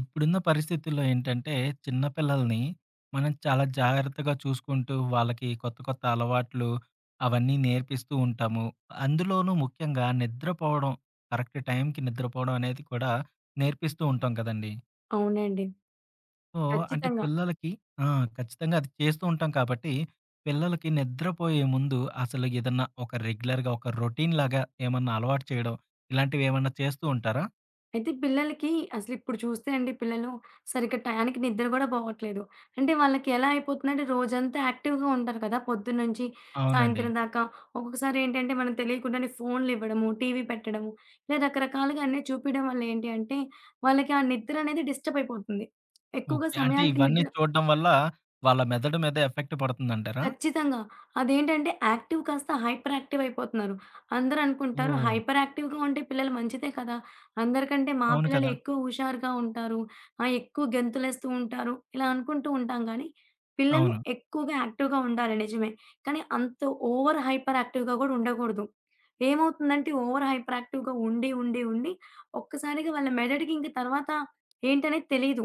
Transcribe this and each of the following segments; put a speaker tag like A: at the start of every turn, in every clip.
A: ఇప్పుడున్న పరిస్థితుల్లో ఏంటంటే, చిన్న పిల్లల్ని మనం చాలా జాగ్రత్తగా చూసుకుంటూ, వాళ్ళకి కొత్త కొత్త అలవాట్లు అవన్నీ నేర్పిస్తూ ఉంటాము. అందులోనూ ముఖ్యంగా నిద్రపోవడం, కరెక్ట్ టైంకి నిద్రపోవడం అనేది కూడా నేర్పిస్తూ ఉంటాం కదండీ!
B: అవునండి.
A: సో, అంటే
B: ఖచ్చితంగా.
A: పిల్లలకి ఆ! ఖచ్చితంగా అది చేస్తూ ఉంటాం కాబట్టి, పిల్లలకి నిద్రపోయే ముందు అసలు ఏదన్నా ఒక రెగ్యులర్‌గా ఒక రొటీన్‌లాగా ఏమన్నా అలవాటు చేయడం, ఇలాంటివేమన్నా చేస్తూ ఉంటారా?
B: అయితే పిల్లలకి అసలిప్పుడు చూస్తే అండి పిల్లలు సరిగ్గా టయానికి నిద్ర గూడా పోవట్లేదు. అంటే వాళ్ళకి ఎలా అయిపోతుందంటే రోజంతా యాక్టివ్‌గా ఉంటారు కదా! పొద్దున్నుంచి
A: అవునండి.
B: సాయంత్రం దాకా. ఒక్కొక్కసారి ఏంటంటే మనకు తెలియకుండానే ఫోన్‌లివ్వడము, టీవీ పెట్టడము, ఇలా రకరకాలుగా అన్నీ చూపియడం వల్ల ఏంటి అంటే వాళ్ళకి ఆ నిద్ర అనేది డిస్టర్బ్ అయిపోతుంది. ఎక్కువగా
A: ఓకే. అంటే
B: సమయానికి
A: ఇవన్నీ
B: నిద్ర
A: చూడడం వల్ల వాళ్ళ మెదడు మీద ఎఫెక్ట్ పడుతుందంటారా?
B: ఖచ్చితంగా. అదేంటంటే యాక్టివ్ కాస్త హైపర్ యాక్టివ్ అయిపోతున్నారు. అందరనుకుంటారు
A: ఓహ్!
B: హైపర్ యాక్టివ్‌గా ఉంటే పిల్లలు మంచిదే కదా! అందరికంటే మా
A: అవును
B: పిల్లలే
A: కదా!
B: ఎక్కువ హుషారుగా ఉంటారు. ఎక్కువ గెంతులేస్తూ ఉంటారు. ఇలా అనుకుంటూ ఉంటాం గానీ, పిల్లలు
A: అవును.
B: ఎక్కువగా యాక్టివ్‌గా ఉండాలి నిజమే. కానీ అంత ఓవర్ హైపర్ యాక్టివ్‌గా గూడా ఉండకూడదు. ఏమవుతుందంటే ఓవర్ హైపర్ యాక్టివ్‌గా ఉండి, ఉండి, ఉండి ఒక్కసారిగా వాళ్ళ మెదడుకి ఇంక తర్వాత ఏంటనేది తెలీదు.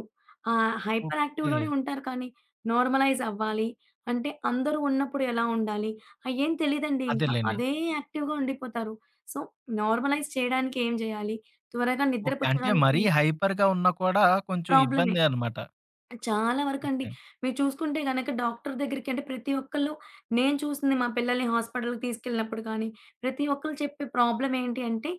B: Hyper
A: okay.
B: యాక్టివ్‌లోనే ఉంటారు కానీ నార్మలైజ్ అవ్వాలి. అంటే అందరూ ఉన్నప్పుడు ఎలా ఉండాలి? అయ్యేం తెలీదండి ఇంకా.
A: అదేలెండి.
B: అదే యాక్టివ్‌గా ఉండిపోతారు. సో, నార్మలైజ్ చేయడానికి ఏం జేయాలి? త్వరగా
A: ఓకే. అంటే
B: నిద్రపుచ్చడానికి
A: మరీ హైపర్‌గా ఉన్నా కూడా కొంచెం
B: ప్రాబ్లమే.
A: ఇబ్బందే అనమాట.
B: చాలా వరకండి.
A: ఓకే.
B: మీరు చూసుకుంటే గనక డాక్టర్ దగ్గరికి అంటే ప్రతి ఒక్కళ్ళు నేను చూసింది మా పిల్లల్ని హాస్పిటల్‌కి తీసుకెళ్ళినప్పుడు కానీ, ప్రతి ఒక్కళ్ళు చెప్పే ప్రాబ్లమ్ ఏంటి అంటే,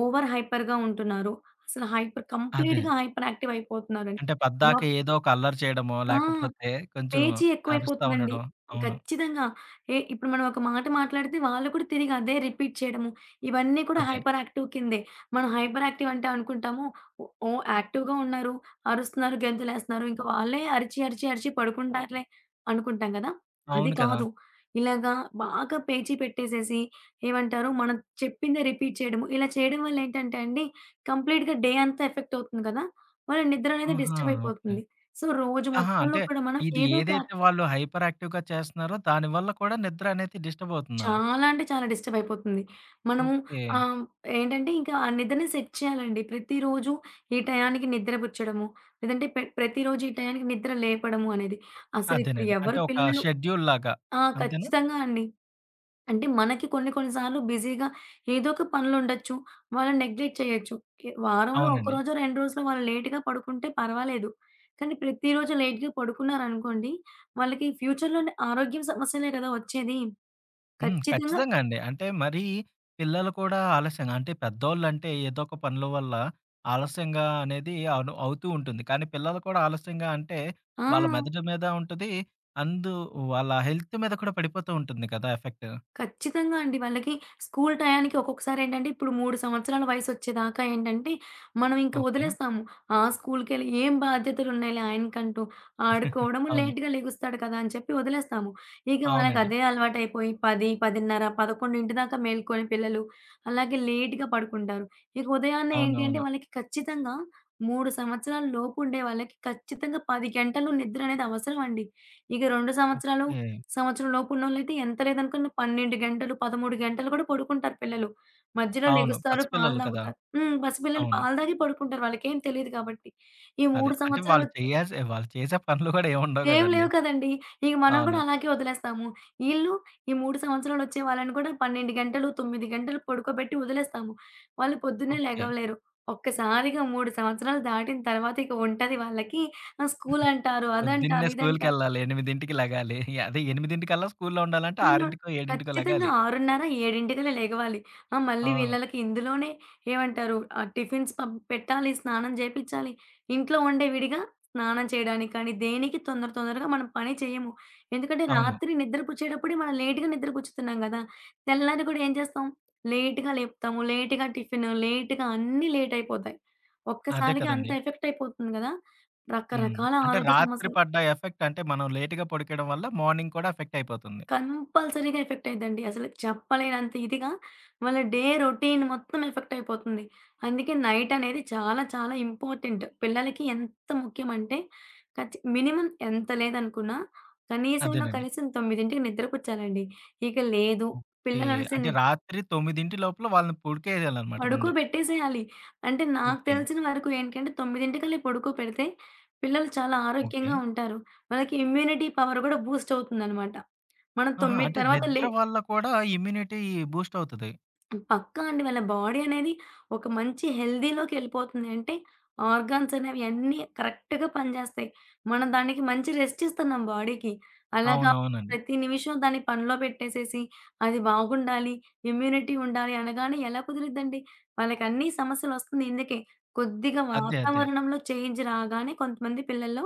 B: ఓవర్ హైపర్‌గా ఉంటున్నారు. అసలు హైపర్
A: అదే.
B: కంప్లీట్‌గా
A: అదే.
B: హైపర్ యాక్టివ్ అయిపోతున్నారని.
A: అంటే పద్దాక
B: డాక్
A: ఏదో ఒక అల్లరి చేయడమో,
B: ఆ!
A: లేకపోతే కొంచెం
B: పేచీ
A: అరుస్తా
B: ఎక్కువైపోతుందండి.
A: ఉండడం. అవును.
B: ఖచ్చితంగా. ఏ ఇప్పుడు మనం ఒక మాట మాట్లాడితే వాళ్ళు కూడా తిరిగి అదే రిపీట్ చేయడము. ఇవన్నీ కూడా
A: అదే.
B: హైపర్ యాక్టివ్ కిందే. మనం హైపర్ యాక్టివ్ అంటే అనుకుంటాము ఓ ఓ యాక్టివ్‌గా ఉన్నారు, అరుస్తున్నారు, గెంతులేస్తున్నారు. ఇంక వాళ్ళే అరిచి, అరిచి, అరిచి పడుకుంటారులే అనుకుంటాం కదా! అది
A: అవును కదా!
B: కాదు. ఇలాగా బాగా పేచీ పెట్టేసేసి ఏమంటారు మనం చెప్పిందే రిపీట్ చేయడము. ఇలా చేయడం వల్ల ఏంటంటే అండి కంప్లీట్‌గా డే అంతా ఎఫెక్ట్ అవుతుంది కదా! వాళ్ళ నిద్ర అనేది
A: ఆహా!
B: Disturb
A: okay.
B: అయిపోతుంది. సో, రోజు
A: ఆహా!
B: మొత్తంలో
A: అంటే
B: కూడా మనం
A: ఇది
B: ఏదో ఒక
A: ఏదైతే వాళ్ళు హైపర్ యాక్టివ్‌గా చేస్తున్నారో దానివల్ల కూడా నిద్ర అనేది డిస్టర్బ్ అవుతుందా?
B: చాలా అంటే చాలా డిస్టర్బ్ అయిపోతుంది. మనము
A: ఓకే.
B: ఆహ్, ఏంటంటే ఇంకా ఆ నిద్రని సెట్ చేయాలండి. ప్రతిరోజు ఈ టయానికి నిద్రపుచ్చడము, లేదంటే ప్రతిరోజు ఈ టయానికి నిద్ర లేపడము అనేది. అసలిప్పుడు
A: అదేనండి. అంటే
B: ఎవరు
A: ఒక
B: పిల్లలు
A: షెడ్యూల్ లాగా.
B: ఆ!
A: అంతేనా?
B: ఖచ్చితంగా అండి. అంటే మనకి కొన్ని కొన్ని సార్లు బిజీగా ఏదో ఒక పనులుండొచ్చు. వాళ్ళని నెగ్లెక్ట్ చేయొచ్చు. కే వారంలో ఒక
A: అవునండి.
B: రోజో, 2 రోజులో వాళ్ళు లేట్‌గా పడుకుంటే పర్వాలేదు. కానీ ప్రతిరోజు లేట్‌గా పడుకున్నారనుకోండి, వాళ్ళకి ఫ్యూచర్‌లోనే ఆరోగ్యం సమస్యలే కదా! వచ్చేది.
A: హ్మ్.
B: ఖచ్చితంగా
A: ఖచ్చితంగా అండి. అంటే మరీ పిల్లలు కూడా ఆలస్యంగా అంటే పెద్దోళ్ళంటే ఏదో ఒక పనుల వల్ల ఆలస్యంగా అనేది అవుతూ ఉంటుంది. కానీ పిల్లలు కూడా ఆలస్యంగా అంటే
B: ఆ!
A: వాళ్ళ మెదడు మీద ఉంటది. అందు వాళ్ళ హెల్త్ మీద కూడా పడిపోతూ ఉంటుంది కదా! ఎఫెక్ట్.
B: ఖచ్చితంగా అండి. వాళ్ళకి స్కూల్ టయానికి ఒక్కొక్కసారి ఏంటంటే, ఇప్పుడు 3 సంవత్సరాల వయసొచ్చేదాకా ఏంటంటే, మనం ఇంక
A: ఓకే.
B: వదిలేస్తాము. ఆ! స్కూల్‌కెళ్ళి ఏం బాధ్యతలున్నాయిలే ఆయనకంటూ, ఆడుకోవడము,
A: అవును.
B: లేట్‌గా లెగుస్తాడు కదా! అని చెప్పి వదిలేస్తాము. ఇక
A: అవునండి.
B: వాళ్ళకదే అలవాటయిపోయి 10, 10:30, 11 దాకా మేల్కొని పిల్లలు, అలాగే లేట్‌గా పడుకుంటారు. ఇక ఉదయాన్నే ఏంటి అంటే,
A: అవునవును.
B: వాళ్ళకి ఖచ్చితంగా 3 సంవత్సరాల లోపు ఉండే వాళ్ళకి ఖచ్చితంగా 10 గంటలు నిద్ర అనేది అవసరమండి. ఇక 2 సంవత్సరాలు
A: ఓకే.
B: సంవత్సరం లోపు ఉన్నోళ్ళైతే ఎంత లేదనుకున్న 12 గంటలు, 13 గంటలు కూడా పడుకుంటారు పిల్లలు. మధ్యలో
A: అవును.
B: లెగుస్తారు, పాలు
A: పసిపిల్లలు కదా!
B: తాగుతారు. హ్మ్. పసిపిల్లలు
A: అవును.
B: పాలు తాగి పడుకుంటారు. వాళ్ళకేం తెలీదు కాబట్టి. ఈ
A: అదే.
B: 3
A: అంటే వాళ్ళు
B: సంవత్సరాలొచ్చే
A: చేయాల్సి వాళ్ళు చేసే పనులు కూడా ఏముండవు
B: ఏం
A: గదండీ.
B: లేవు కదండీ! ఇక మనం కూడా
A: అవును.
B: అలాగే వదిలేస్తాము. ఈళ్ళు ఈ 3 సంవత్సరాలొచ్చే వాళ్ళని కూడా 12 గంటలు, 9 గంటలు పడుకోబెట్టి వదిలేస్తాము. వాళ్ళు పొద్దున్నే
A: ఓకే.
B: లెగవలేరు. ఒక్కసారిగా 3 సంవత్సరాలు దాటిన తర్వాత ఇక ఉంటది వాళ్ళకి స్కూలంటారు,
A: పొద్దున్నే
B: అదంటారు, ఇదంటారు.
A: స్కూలుకెళ్ళాలి. 8కి లెగాలి. అదే 8కల్లా స్కూలులో ఉండాలంటే
B: స్కూల్లో
A: 6కో, 7కో
B: ఖచ్చితంగా
A: లెగాలి.
B: 6:30, 7కి లెగవాలి. ఆ! మళ్ళీ
A: అవును.
B: వీళ్ళకి ఇందులోనే ఏమంటారు టిఫిన్స్ పెట్టాలి, స్నానం చేపిచ్చాలి. ఇంట్లో ఉండే విడిగా స్నానం చేయడానికి కానీ, దేనికి తొందరగా మనం పని చేయము. ఎందుకంటే
A: అవును.
B: రాత్రి నిద్రపుచ్చేటప్పుడే మనం లేట్‌గా నిద్రపుచ్చుతున్నాం కదా! తెల్లారి కూడా ఏం చేస్తాం? లేట్‌గా లేపుతాము, లేట్‌గా టిఫిన్, లేట్‌గా అన్నీ లేట్ అయిపోతాయి.
A: అదే
B: ఒక్కసారిగా
A: కదండీ.
B: అంత ఎఫెక్ట్ అయిపోతుంది కదా!
A: హ్మ్.
B: రకరకాల
A: అంటే
B: ఆరోగ్య
A: రాత్రి
B: సమస్యలు
A: పడ్డ ఎఫెక్ట్ అంటే మనం లేట్‌గా పడుకోవడం వల్ల మార్నింగ్ కూడా ఎఫెక్ట్ అయిపోతుంది.
B: కంపల్సరీగా ఎఫెక్ట్ అయిద్దండి. అసలు చెప్పలేనంత ఇదిగా వాళ్ళ డే రొటీన్ మొత్తం ఎఫెక్ట్ అయిపోతుంది. అందుకే నైట్ అనేది చాలా చాలా ఇంపార్టెంట్. పిల్లలకి ఎంత ముఖ్యమంటే మినిమం ఎంత లేదనుకున్నా కనీసంలో
A: అదేనండి.
B: కనీసం 9కి నిద్రపుచ్చాలండి. ఇక లేదు
A: ఓకే.
B: పిల్లలనేసి
A: అంటే
B: ని
A: రాత్రి 9 లోపల వాళ్ళని పడుకేయాలన్నమాట ముందు.
B: పడుకోబెట్టేసేయాలి. అంటే నాకు
A: ఓకే.
B: తెలిసిన వరకు ఏంటంటే 9కల్లా పడుకోపెడితే పిల్లలు చాలా
A: ఓకే.
B: ఆరోగ్యంగా ఉంటారు. వాళ్ళకి ఇమ్యూనిటీ పవర్ కూడా బూస్ట్ అవుతుందనమాట. మనం
A: ఆహా!
B: 9
A: అంటే
B: తర్వాత లే
A: నిద్ర వల్ల కూడా ఇమ్యూనిటీ బూస్ట్ అవుతది.
B: హ్మ్. పక్కా అండి. వీళ్ళ బాడీ అనేది ఒక మంచి హెల్తీలోకెళ్ళిపోతుంది. అంటే ఆర్గాన్స్ అనేవి అన్నీ కరెక్ట్‌గా పనిచేస్తాయి. మనం దానికి మంచి రెస్ట్ ఇస్తున్నాం బాడీకి. అలా కాకుండా
A: అవునవునండి.
B: ప్రతి నిమిషం దాన్ని పనిలో పెట్టేసేసి అది బాగుండాలి, ఇమ్యూనిటీ ఉండాలి అనగానే ఎలా కుదిరిద్దండి? వాళ్ళకన్నీ సమస్యలొస్తుంది ఇందుకే. కొద్దిగా
A: అదే. అదే.
B: వాతావరణంలో చేంజ్ రాగానే కొంతమంది పిల్లల్లో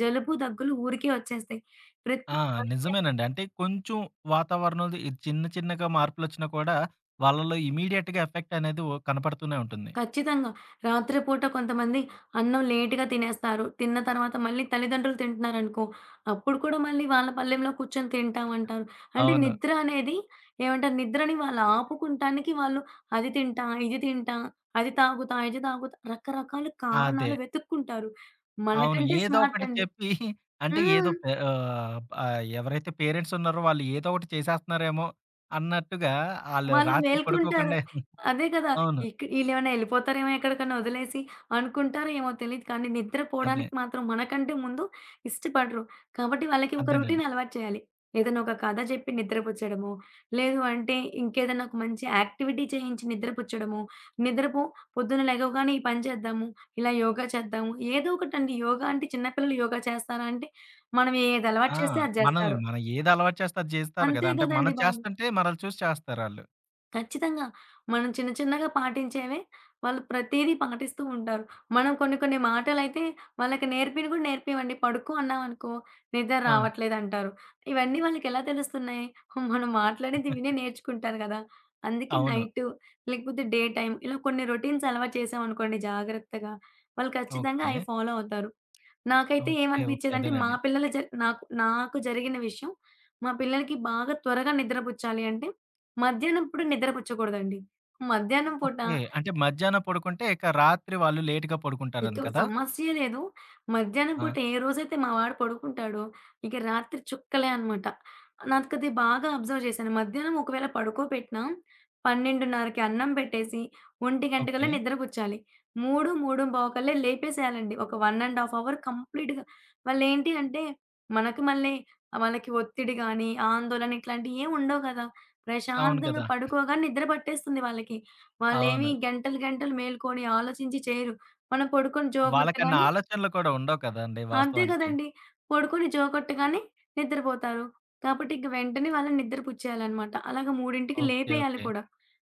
B: జలుబు, దగ్గులు ఊరికే వచ్చేస్తాయి. ప్రతి
A: ఆ!
B: దానికి
A: నిజమేనండి. అంటే కొంచెం వాతావరణంది ఈ చిన్న చిన్నగా మార్పులొచ్చినా కూడా వాళ్ళలో ఇమ్మీడియేట్‌గా ఎఫెక్ట్ అనేది ఓ కనపడుతూనే ఉంటుంది.
B: ఖచ్చితంగా. రాత్రిపూట కొంతమంది అన్నం లేట్‌గా తినేస్తారు. తిన్న తర్వాత మళ్ళీ తల్లిదండ్రులు తింటున్నారనుకో, అప్పుడు కూడా మళ్ళీ వాళ్ళ పళ్ళెంలో కూర్చొని తింటామంటారు. అంటే
A: అవును.
B: నిద్ర అనేది ఏమంటారు, నిద్రని వాళ్ళు ఆపుకుంటానికి వాళ్ళు అది తింటా, ఇది తింటా, అది తాగుతా, ఇది తాగుతా రకరకాల
A: అదే.
B: కారణాలు వెతుక్కుంటారు.
A: అవును.
B: మనకంటే
A: ఏదో
B: స్మార్ట్
A: ఒకటి
B: అండి.
A: చెప్పి అంటే ఏదో
B: హ్మ్.
A: ఎవరైతే పేరెంట్స్ ఉన్నారో వాళ్ళు ఏదో ఒకటి చేసేస్తున్నారేమో అన్నట్టుగా ఆళ్ళు
B: వాళ్ళు
A: రాత్రి
B: మేల్కుంటారు.
A: పడుకోకుండా
B: అదే కదా!
A: అవును.
B: ఈళ్ళేమన్నా ఎళ్ళిపోతారేమో ఎక్కడికన్నా వదిలేసి అనుకుంటారో ఏమో తెలీదు. కానీ
A: అదే.
B: నిద్రపోవడానికి మాత్రం మనకంటే ముందు ఇష్టపడరు. కాబట్టి వాళ్ళకి ఒక
A: అదేనండి.
B: రొటీన్ అలవాటు చేయాలి. ఏదైనా ఒక కథ చెప్పి నిద్రపుచ్చడమో, లేదు అంటే ఇంకేదైనా ఒక మంచి యాక్టివిటీ చేయించి నిద్రపుచ్చడమో, నిద్రపో పొద్దున లెగవగానే ఈ పని చేద్దాము, ఇలా యోగా చేద్దాము. ఏదో ఒకటండి యోగా అంటే చిన్న పిల్లలు యోగా చేస్తారా అంటే, మనం ఏది అలవాటు
A: ఆ!
B: చేస్తే అది
A: మనం
B: జేస్తారు.
A: మనం ఏది అలవాటు చేస్తే అది చేస్తారు గదా!
B: అంతే
A: అంటే మనం
B: గదండీ బాబు!
A: చేస్తుంటే మనల్ని చూసి చేస్తారాళ్ళు.
B: ఖచ్చితంగా. మనం చిన్న చిన్నగా పాటించేవే వాళ్ళు ప్రతీదీ పాటిస్తూ ఉంటారు. మనం కొన్ని కొన్ని మాటలైతే వాళ్ళకి నేర్పినవి గూడా నేర్పియమండి. పడుకో అన్నామనుకో నిద్ర
A: ఆ!
B: రావట్లేదంటారు. ఇవన్నీ వాళ్ళకెలా తెలుస్తున్నాయి? మనం మాట్లాడేది వినే నేర్చుకుంటారు గదా! అందుకే
A: అవును.
B: నైటు లేకపోతే డే టైమ్ ఇలా కొన్ని రొటీన్స్ అలవాటు చేశామనుకోండి జాగ్రత్తగా, వాళ్ళు ఖచ్చితంగా
A: ఓకే.
B: అయి ఫాలో అవుతారు. నాకైతే
A: ఓకే. ఓకే.
B: ఏమనిపిచ్చేదంటే మా
A: అదేనండి.
B: పిల్లల జ నాకు నాకు జరిగిన విషయం, మా పిల్లలకి బాగా త్వరగా నిద్రపుచ్చాలి అంటే మధ్యాహ్నం పూట నిద్రపుచ్చకూడదండి. మధ్యాహ్నం పూట
A: ఓకే. అంటే మధ్యాహ్నం పడుకుంటే, ఇక రాత్రి వాళ్ళు లేట్‌గా
B: ఇక
A: పడుకుంటారని కదా!
B: సమస్యే లేదు. మధ్యాహ్నం
A: ఆ!
B: పూట ఏ రోజైతే మా వాడు పడుకుంటాడో, ఇక రాత్రి చుక్కలే అనమాట. నాకది బాగా అబ్జర్వ్ చేశాను. మధ్యాహ్నం ఒకవేళ పడుకోబెట్టినా 12:30కి అన్నం పెట్టేసి, 1:00
A: ఓకే.
B: నిద్రపుచ్చాలి. 3, 3:15 కల్లా లేపేసేయాలండి. ఒక 1 ½ అవర్ కంప్లీట్‌గా. వాళ్ళేంటి అంటే, మనకు మళ్ళీ వాళ్ళకి ఒత్తిడి గానీ, ఆందోళన ఇట్లాంటియి ఏమి ఉండవు కదా!
A: అవును
B: ప్రశాంతంగా
A: కదా!
B: పడుకోగానే నిద్ర పట్టేస్తుంది వాళ్ళకి. వాళ్ళేమి
A: అవును.
B: గంటలు గంటలు మేలుకొని ఆలోచించి చేయరు. మనం పడుకొని జో
A: వాళ్ళకన్ని
B: కొట్టగానే
A: ఆలోచనలు కూడా ఉండవు కదండీ
B: అంతే
A: వాస్తవానికి.
B: కదండీ! పడుకొని జో కొట్టగానే నిద్రపోతారు. కాబట్టి ఇంక వెంటనే వాళ్ళని నిద్ర పుచ్చేయాలన్నమాట. అలాగ 3కి
A: ఓకే.
B: లేపేయాలి
A: ఓకే.
B: కూడా.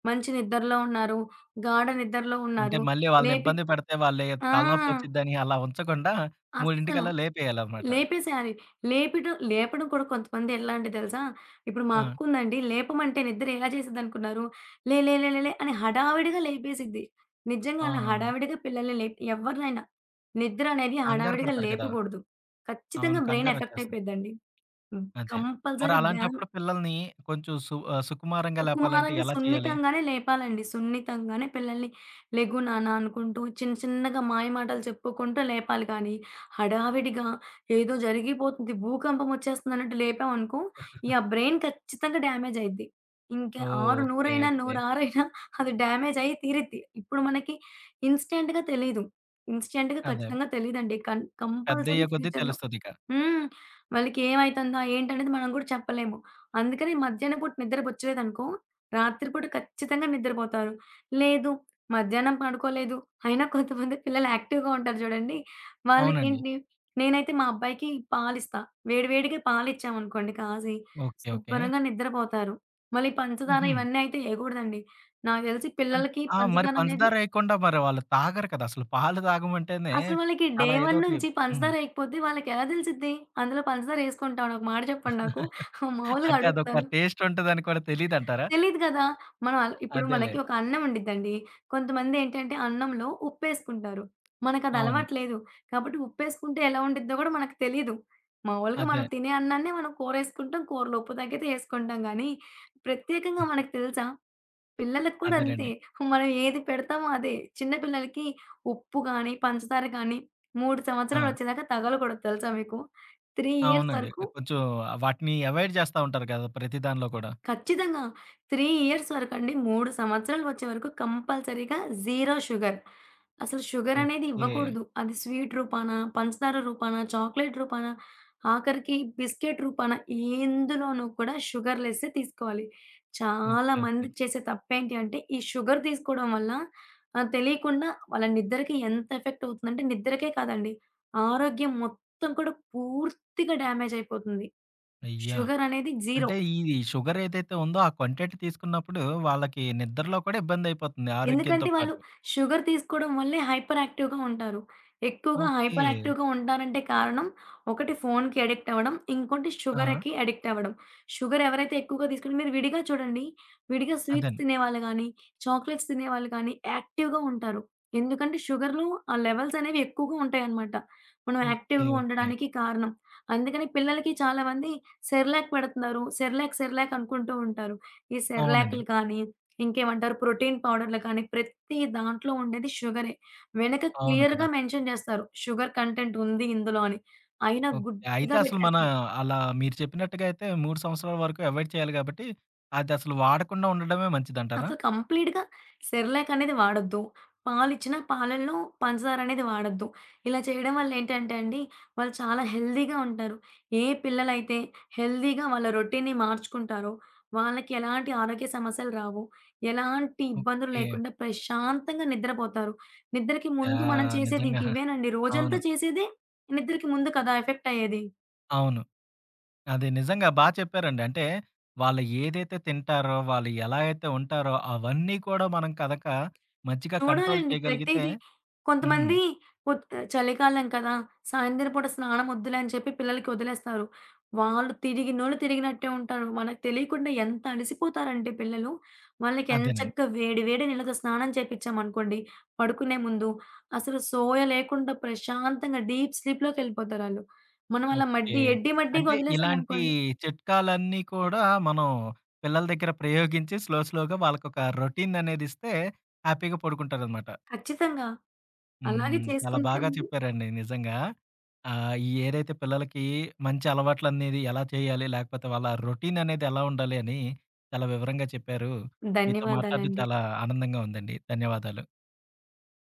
B: మంచి నిద్రలో ఉన్నారు. గాఢ నిద్రలో
A: అంటే
B: ఉన్నారు.
A: మళ్ళీ వాళ్ళని
B: లేపి
A: ఇబ్బంది పెడితే వాళ్ళే
B: ఆ!
A: తలనొప్పొచ్చిద్దని అలా ఉంచకుండా
B: అస్సల.
A: 3:00కల్లా లేపేయాలన్నమాట.
B: లేపేసేయాలి. లేపడం కూడా కొంతమంది ఎలా అంటే తెలుసా? ఇప్పుడు మా
A: ఆ!
B: అక్కుందండి లేపమంటే నిద్ర ఎలా చేసిద్దనుకున్నారు? లే లే లే లే లే అని హడావిడిగా లేపేసిద్ది. నిజంగా
A: ఆ!
B: అలా హడావిడిగా పిల్లల్ని లేపి ఎవరినైనా. నిద్ర అనేది
A: కంగారు
B: హడావిడిగా
A: పడతారు కదా!
B: లేపకూడదు.
A: అవును.
B: ఖచ్చితంగా బ్రెయిన్ ఎఫెక్ట్
A: కంగారొచ్చేస్తది.
B: అయిపోద్దండి. హ్మ్.
A: అదే. మరి
B: కంపల్సరీ డా
A: అలాంటప్పుడు పిల్లల్ని కొంచెం సుకుమారంగా లేపాలంటే
B: సుకుమారంగా
A: ఎలా చేయాలి?
B: సున్నితంగానే లేపాలండి. సున్నితంగానే పిల్లల్ని లెగు నాన్న అనుకుంటూ చిన్న చిన్నగా మాయ మాటలు చెప్పుకుంటూ లేపాలి కానీ, హడావిడిగా ఏదో జరిగిపోతుంది, భూకంపం వచ్చేస్తుందన్నట్టు లేపామనుకో, ఇగ బ్రెయిన్ ఖచ్చితంగా డ్యామేజ్ అయిద్ది. ఇంకా
A: ఓహ్!
B: ఆరు
A: ఓకే.
B: నూరైనా,
A: ఓకే.
B: నూరారైనా అది డ్యామేజ్ అయ్యి తీరిద్ది. ఇప్పుడు మనకి ఇన్‌స్టంట్‌గా తెలీదు. ఇన్‌స్టంట్‌గా
A: అదే.
B: ఖచ్చితంగా తెలీదండి.
A: పెద్దయ్యే
B: కంపల్సరీ
A: కొద్దీ
B: ఫ్యూచర్‌లో
A: తెలుస్తదిక.
B: హ్మ్. వాళ్ళకేమైతుందా? ఏంటనేది మనం గూడా చెప్పలేము. అందుకని మధ్యాహ్నం పూట నిద్ర బొచ్చలేదనుకో, రాత్రి పూట ఖచ్చితంగా నిద్రపోతారు. లేదు మధ్యాహ్నం పడుకోలేదు. అయినా కొంతమంది పిల్లలు యాక్టివ్‌గా ఉంటారు జూడండి.
A: అవునండి.
B: వాళ్ళకేంటి నేనైతే మా అబ్బాయికి పాలిస్తా. వేడి వేడిగా పాలిచ్చామనుకోండి కాసి,
A: ఓకే. ఓకే.
B: శుభ్రంగా నిద్రపోతారు. మళ్ళీ పంచదార
A: హుహు.
B: ఇవన్నీ అయితే ఏయకూడదండి. నాకు దెలిసి
A: అంటే
B: పిల్లలకి
A: ఆ! మరి
B: పంచదార అనేది
A: పంచదార ఏయకుండా మరి వాళ్ళు తాగరు కదా! అసలు పాలు తాగమంటేనే
B: అసలు వాళ్ళకి డే
A: చాలా
B: 1
A: ఏదోటి
B: నుంచి
A: హ్మ్.
B: పంచదార ఎయకపోతే వాళ్ళకెలా దెలిసిద్ది? అందులో పంచదార ఎసుకుంటామని ఒక మాట చెప్పండి నాకు? మామూలుగా
A: అంటే అదొక
B: అడుగుతున్నాను.
A: టేస్ట్ ఉంటదని కూడా తెలీదంటారా?
B: తెలీదు గదా! మనం ఆల్ ఇప్పుడు
A: అదేలే.
B: మనకి ఒక అన్నం ఉండిద్దండి. కొంతమందేంటంటే అన్నంలో ఉప్పేసుకుంటారు. మనకది
A: అవును.
B: అలవాటు లేదు. కాబట్టి ఉప్పేసుకుంటే ఎలా ఉండిద్దో గూడా మనకు తెలీదు. మామూలుగా
A: అదే.
B: మనం తినే అన్నాన్నే మనం కూరేసుకుంటాం. కూరలో ఉప్పు తగ్గితే ఎసుకుంటాం గానీ, ప్రత్యేకంగా మనకు తెలుసా? పిల్లలకి కూడా అంతే.
A: అదేనండి.
B: మనం ఏది పెడతామో అదే. చిన్న పిల్లలకి ఉప్పు గాని, పంచదార గాని 3
A: ఆ!
B: సంవత్సరాలొచ్చేదాకా తగలకూడదు తెలుసా మీకు? 3 ఇయర్స్
A: అవునండి.
B: వరకు
A: కొంచెం వాటిని అవాయిడ్ చేస్తా ఉంటారు కదా! ప్రతి దానిలో కూడా.
B: ఖచ్చితంగా. 3 ఇయర్స్ వరకండి, 3 సంవత్సరాలు వచ్చే వరకు కంపల్సరీగా జీరో షుగర్. అసలు షుగర్ అనేది
A: ఓకే.
B: ఇవ్వకూడదు. అది స్వీట్ రూపాన, పంచదార రూపాన, చాక్లేట్ రూపాన, ఆఖరికి బిస్కెట్ రూపాన ఎందులోనూ కూడా షుగర్ లెస్సే తీసుకోవాలి. చాలా
A: ఓకే. ఓకే.
B: మంది చేసే తప్పేంటి అంటే ఈ షుగర్ తీసుకోవడం వల్ల తెలియకుండా వాళ్ళ నిద్రకి ఎంత ఎఫెక్ట్ అవుతుందంటే నిద్రకే కాదండి, ఆరోగ్యం మొత్తం కూడా పూర్తిగా డ్యామేజ్ అయిపోతుంది.
A: అయ్యా!
B: షుగర్ అనేది జీరో.
A: అంటే ఇది షుగర్ ఏదైతే ఉందో ఆ కంటెంట్ తీసుకున్నప్పుడు వాళ్ళకి నిద్రలో కూడా ఇబ్బందయిపోతుంది ఆరోగ్యంతో
B: ఎందుకంటే వాళ్ళు
A: పాటు.
B: షుగర్ తీసుకోవడం వల్లే హైపర్ యాక్టివ్‌గా ఉంటారు. ఎక్కువగా
A: ఓకే.
B: హైపర్ యాక్టివ్‌గా ఉంటారంటే కారణం ఒకటి ఫోన్‌కి అడిక్ట్ అవ్వడం. ఇంకోటి
A: ఆ!
B: షుగర్‌కి అడిక్ట్ అవ్వడం. షుగర్ ఎవరైతే ఎక్కువగా తీసుకుని మీరు విడిగా చూడండి. విడిగా స్వీట్స్
A: అదండి.
B: తినేవాళ్ళు గానీ, చాక్లెట్స్ తినేవాళ్ళు కానీ యాక్టివ్‌గా ఉంటారు. ఎందుకంటే షుగర్‌లో ఆ లెవెల్స్ అనేవి ఎక్కువగా ఉంటాయన్నమాట. మనం
A: ఓకే.
B: యాక్టివ్‌గా
A: ఓకే.
B: ఉండడానికి కారణం. అందుకని పిల్లలకి చాలామంది సెర్లాక్ పెడుతున్నారు. సెర్లాక్ సెర్లాక్ అనుకుంటూ ఉంటారు. ఈ
A: అవునండి.
B: సెర్లాక్‌లు కానీ ఇంకేమంటారు ప్రోటీన్ పౌడర్‌లు కానీ, ప్రతి దాంట్లో ఉండేది షుగరే. వెనక
A: అవును కదా!
B: క్లియర్‌గా మెన్షన్ చేస్తారు. షుగర్ కంటెంట్ ఉంది ఇందులో అని. అయినా
A: ఓకే. అయితే
B: గుడ్డిగా
A: అసలు మన
B: పెట్టేస్తాం.
A: అలా మీరు చెప్పినట్టుగా అయితే 3 సంవత్సరాల వరకు అవాయిడ్ చేయాలి కాబట్టి, అదసలు వాడకుండా ఉండడమే మంచిదంటారా?
B: అసలు కంప్లీట్‌గా సెర్‌లాక్ అనేది వాడొద్దు. పాలిచ్చినా పాలల్లో పంచదార అనేది వాడొద్దు. ఇలా చేయడం వల్ల ఏంటంటే అండి, వాళ్ళు చాలా హెల్తీగా ఉంటారు. ఏ పిల్లలైతే హెల్తీగా వాళ్ళ రొటీన్‌ని మార్చుకుంటారో, వాళ్ళకి ఎలాంటి ఆరోగ్య సమస్యలు రావు. ఎలాంటి ఇబ్బందులు
A: ఓకే.
B: లేకుండా ప్రశాంతంగా నిద్రపోతారు. నిద్రకి ముందు మనం
A: యాహ్!
B: చేసేది
A: నిజంగా.
B: ఇంక ఇవేనండి. రోజంతా
A: అవును.
B: చేసేదే నిద్రకి ముందు కదా! ఎఫెక్ట్ అయ్యేది.
A: అవును. అదే నిజంగా చెప్పారండి. అంటే వాళ్ళు ఏదైతే తింటారో, వాళ్ళు ఎలా అయితే ఉంటారో అవన్నీ కూడా మనం కనక మంచిగా కంట్రోల్
B: చూడాలండి
A: చేయగలిగితే
B: ప్రతీదీ.
A: హ్మ్.
B: కొంతమంది పొద్ చలికాలం కదా! సాయంత్రం పూట స్నానం ఒద్దులే అని చెప్పి పిల్లలకి ఒదిలేస్తారు. వాళ్ళు తిరిగినోళ్ళు తిరిగినట్టే ఉంటారు. మనకు తెలియకుండా ఎంత అలసిపోతారంటే పిల్లలు, వాళ్ళకి
A: అదేనండి.
B: ఎంచక్కా వేడి వేడి నీళ్ళతో స్నానం చేపిచ్చామనుకోండి, పడుకునే ముందు అసలు సోయ లేకుండా ప్రశాంతంగా డీప్ స్లీప్‌లోకెళ్ళిపోతారాళ్ళు. మనం అలా
A: ఓకే.
B: మడ్డిగా
A: అంటే ఇలాంటి
B: ఒదిలేసామనుకోండి
A: చిట్కాలన్నీ కూడా మనం పిల్లల దగ్గర ప్రయోగించి స్లో స్లోగా వాళ్ళకొక రొటీన్ అనేది ఇస్తే హ్యాపీగా పడుకుంటారనమాట.
B: ఖచ్చితంగా. అలాగే
A: హ్మ్. చాలా
B: చేసుకుంటే
A: బాగా చెప్పారండి నిజంగా. ఆహ్, ఈ ఏదైతే పిల్లలకి మంచి అలవాట్లనేది ఎలా చేయాలి? లేకపోతే వాళ్ళ రొటీన్ అనేది ఎలా ఉండాలి అని చాలా వివరంగా చెప్పారు. మీతో మాట్లాడడం
B: ధన్యవాదాలండి.
A: చాలా ఆనందంగా ఉందండి. ధన్యవాదాలు.